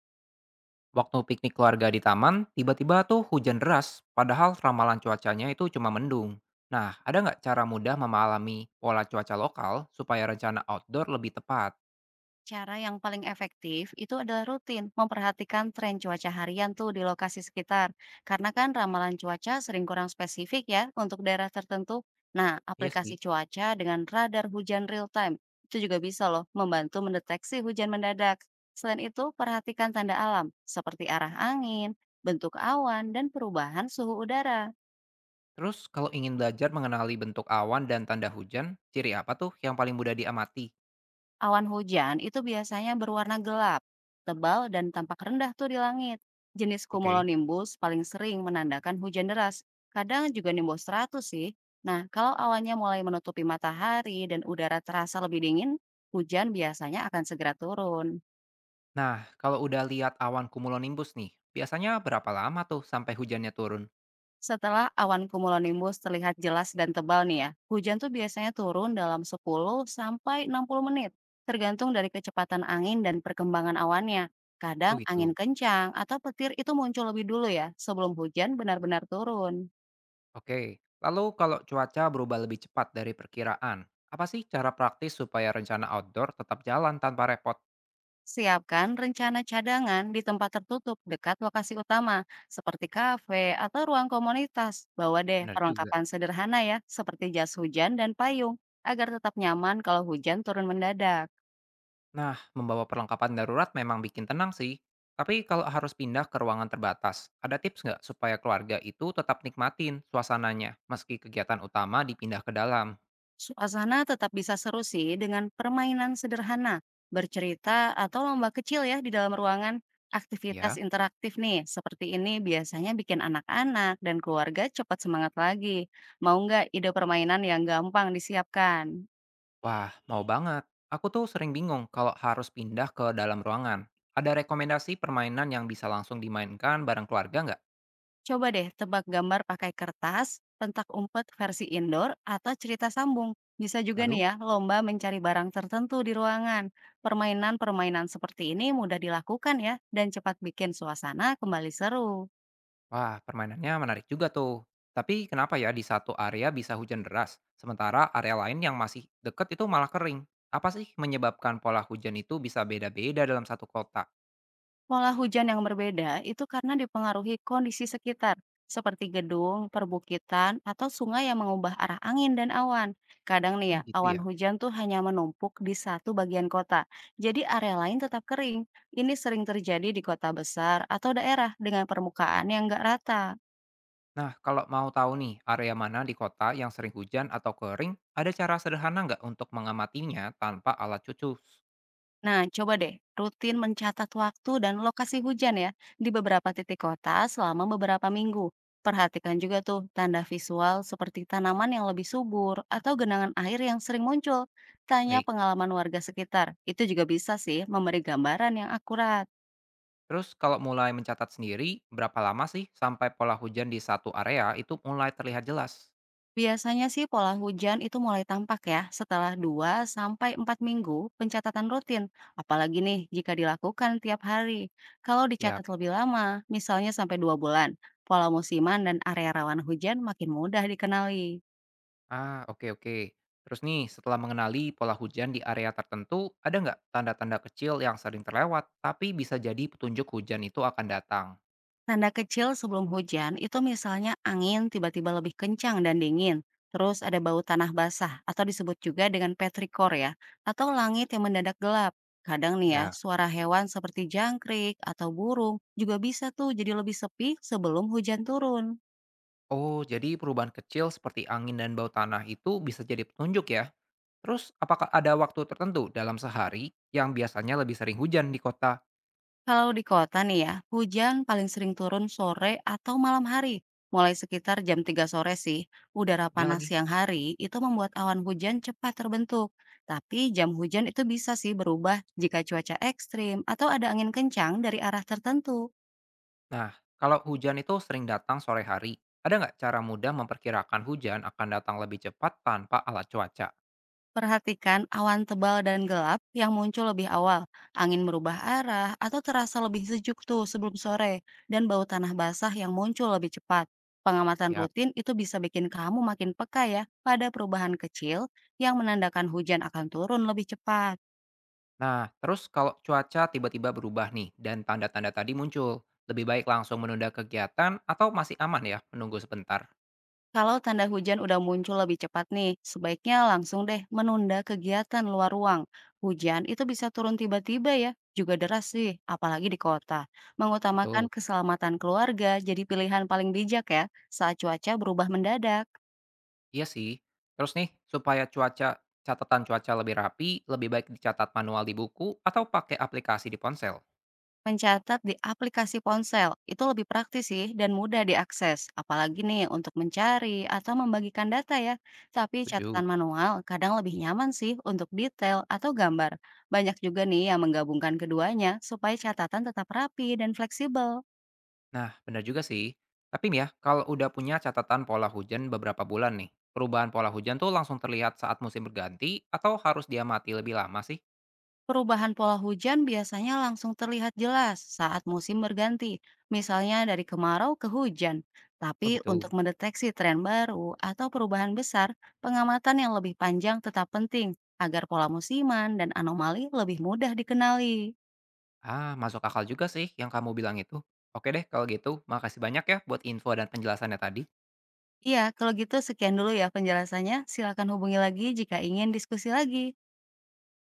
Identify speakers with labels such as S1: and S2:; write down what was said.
S1: Waktu piknik keluarga di taman, tiba-tiba tuh hujan deras, padahal ramalan cuacanya itu cuma mendung. Nah, ada nggak cara mudah memahami pola cuaca lokal supaya rencana outdoor lebih tepat?
S2: Cara yang paling efektif itu adalah rutin memperhatikan tren cuaca harian tuh di lokasi sekitar. Karena kan ramalan cuaca sering kurang spesifik ya untuk daerah tertentu. Nah,
S1: Iya sih.
S2: aplikasi cuaca dengan radar hujan real time itu juga bisa loh membantu mendeteksi hujan mendadak. Selain itu, perhatikan tanda alam seperti arah angin, bentuk awan, dan perubahan suhu udara.
S1: Terus kalau ingin belajar mengenali bentuk awan dan tanda hujan, ciri apa tuh yang paling mudah diamati?
S2: Awan hujan itu biasanya berwarna gelap, tebal dan tampak rendah tuh di langit. Jenis
S1: Oke.
S2: cumulonimbus paling sering menandakan hujan deras, kadang juga nimbus 100 sih. Nah, kalau awannya mulai menutupi matahari dan udara terasa lebih dingin, hujan biasanya akan segera turun.
S1: Nah, kalau udah lihat awan cumulonimbus nih, biasanya berapa lama tuh sampai hujannya turun?
S2: Setelah awan cumulonimbus terlihat jelas dan tebal nih ya, hujan tuh biasanya turun dalam 10 sampai 60 menit, tergantung dari kecepatan angin dan perkembangan awannya.
S1: Oh
S2: Kadang angin
S1: gitu.
S2: kencang atau petir itu muncul lebih dulu ya, sebelum hujan benar-benar turun.
S1: Oke, lalu kalau cuaca berubah lebih cepat dari perkiraan, apa sih cara praktis supaya rencana outdoor tetap jalan tanpa repot?
S2: Siapkan rencana cadangan di tempat tertutup dekat lokasi utama, seperti kafe atau ruang komunitas. Bawa deh
S1: Benar juga.
S2: perlengkapan sederhana ya, seperti jas hujan dan payung, agar tetap nyaman kalau hujan turun mendadak.
S1: Nah, membawa perlengkapan darurat memang bikin tenang sih. Tapi kalau harus pindah ke ruangan terbatas, ada tips nggak supaya keluarga itu tetap nikmatin suasananya meski kegiatan utama dipindah ke dalam?
S2: Suasana tetap bisa seru sih dengan permainan sederhana, bercerita, atau lomba kecil ya di dalam ruangan. Aktivitas
S1: Ya,
S2: interaktif nih, seperti ini biasanya bikin anak-anak dan keluarga cepat semangat lagi. Mau nggak ide permainan yang gampang disiapkan?
S1: wah mau banget. Aku tuh sering bingung kalau harus pindah ke dalam ruangan. Ada rekomendasi permainan yang bisa langsung dimainkan bareng keluarga nggak?
S2: Coba deh tebak gambar pakai kertas, pentak umpet versi indoor, atau cerita sambung. Bisa juga nih
S1: Lalu?
S2: ya, lomba mencari barang tertentu di ruangan. Permainan-permainan seperti ini mudah dilakukan ya, dan cepat bikin suasana kembali seru.
S1: Wah, permainannya menarik juga tuh. Tapi kenapa ya di satu area bisa hujan deras, sementara area lain yang masih deket itu malah kering? Apa sih menyebabkan pola hujan itu bisa beda-beda dalam satu kota?
S2: Pola hujan yang berbeda itu karena dipengaruhi kondisi sekitar, seperti gedung, perbukitan, atau sungai yang mengubah arah angin dan awan. Kadang nih ya,
S1: Hmm, gitu
S2: awan
S1: ya.
S2: hujan tuh hanya menumpuk di satu bagian kota, jadi area lain tetap kering. Ini sering terjadi di kota besar atau daerah dengan permukaan yang nggak rata.
S1: Nah, kalau mau tahu nih area mana di kota yang sering hujan atau kering, ada cara sederhana nggak untuk mengamatinya tanpa alat cucus?
S2: Nah, coba deh rutin mencatat waktu dan lokasi hujan ya di beberapa titik kota selama beberapa minggu. Perhatikan juga tuh tanda visual seperti tanaman yang lebih subur atau genangan air yang sering muncul. Tanya
S1: Baik.
S2: pengalaman warga sekitar. Itu juga bisa sih memberi gambaran yang akurat.
S1: Terus kalau mulai mencatat sendiri, berapa lama sih sampai pola hujan di satu area itu mulai terlihat jelas?
S2: Biasanya sih pola hujan itu mulai tampak ya setelah 2 sampai 4 minggu pencatatan rutin. Apalagi nih jika dilakukan tiap hari. Kalau
S1: Ya.
S2: dicatat lebih lama, misalnya sampai 2 bulan, pola musiman dan area rawan hujan makin mudah dikenali.
S1: Ah, oke oke. Terus nih, setelah mengenali pola hujan di area tertentu, ada nggak tanda-tanda kecil yang sering terlewat, tapi bisa jadi petunjuk hujan itu akan datang?
S2: Tanda kecil sebelum hujan itu misalnya angin tiba-tiba lebih kencang dan dingin, terus ada bau tanah basah atau disebut juga dengan petrikor ya, atau langit yang mendadak gelap. Kadang nih ya,
S1: Ya.
S2: suara hewan seperti jangkrik atau burung juga bisa tuh jadi lebih sepi sebelum hujan turun.
S1: Oh, jadi perubahan kecil seperti angin dan bau tanah itu bisa jadi petunjuk ya. Terus, apakah ada waktu tertentu dalam sehari yang biasanya lebih sering hujan di kota?
S2: Kalau di kota nih ya, hujan paling sering turun sore atau malam hari, mulai sekitar jam 3 sore sih. Udara
S1: Iya
S2: panas
S1: lagi.
S2: siang hari itu membuat awan hujan cepat terbentuk. Tapi jam hujan itu bisa sih berubah jika cuaca ekstrim atau ada angin kencang dari arah tertentu.
S1: Nah, kalau hujan itu sering datang sore hari, ada nggak cara mudah memperkirakan hujan akan datang lebih cepat tanpa alat cuaca?
S2: Perhatikan awan tebal dan gelap yang muncul lebih awal, angin berubah arah, atau terasa lebih sejuk tuh sebelum sore, dan bau tanah basah yang muncul lebih cepat. Pengamatan
S1: Siap.
S2: rutin itu bisa bikin kamu makin peka ya pada perubahan kecil yang menandakan hujan akan turun lebih cepat.
S1: Nah, terus kalau cuaca tiba-tiba berubah nih dan tanda-tanda tadi muncul, lebih baik langsung menunda kegiatan atau masih aman ya menunggu sebentar?
S2: Kalau tanda hujan udah muncul lebih cepat nih, sebaiknya langsung deh menunda kegiatan luar ruang. Hujan itu bisa turun tiba-tiba ya, juga deras sih, apalagi di kota. Mengutamakan
S1: Betul.
S2: keselamatan keluarga jadi pilihan paling bijak ya saat cuaca berubah mendadak.
S1: Iya sih. Terus nih, supaya cuaca catatan cuaca lebih rapi, lebih baik dicatat manual di buku atau pakai aplikasi di ponsel.
S2: Mencatat di aplikasi ponsel itu lebih praktis sih dan mudah diakses, apalagi nih untuk mencari atau membagikan data ya. Tapi
S1: Setuju.
S2: catatan manual kadang lebih nyaman sih untuk detail atau gambar. Banyak juga nih yang menggabungkan keduanya supaya catatan tetap rapi dan fleksibel.
S1: Nah, benar juga sih. Tapi nih ya, kalau udah punya catatan pola hujan beberapa bulan nih, perubahan pola hujan tuh langsung terlihat saat musim berganti atau harus diamati lebih lama sih?
S2: Perubahan pola hujan biasanya langsung terlihat jelas saat musim berganti, misalnya dari kemarau ke hujan. Tapi
S1: Oh
S2: untuk
S1: gitu.
S2: mendeteksi tren baru atau perubahan besar, pengamatan yang lebih panjang tetap penting agar pola musiman dan anomali lebih mudah dikenali.
S1: Ah, masuk akal juga sih yang kamu bilang itu. Oke deh kalau gitu, makasih banyak ya buat info dan penjelasannya tadi.
S2: Iya, kalau gitu sekian dulu ya penjelasannya. Silakan hubungi lagi jika ingin diskusi lagi.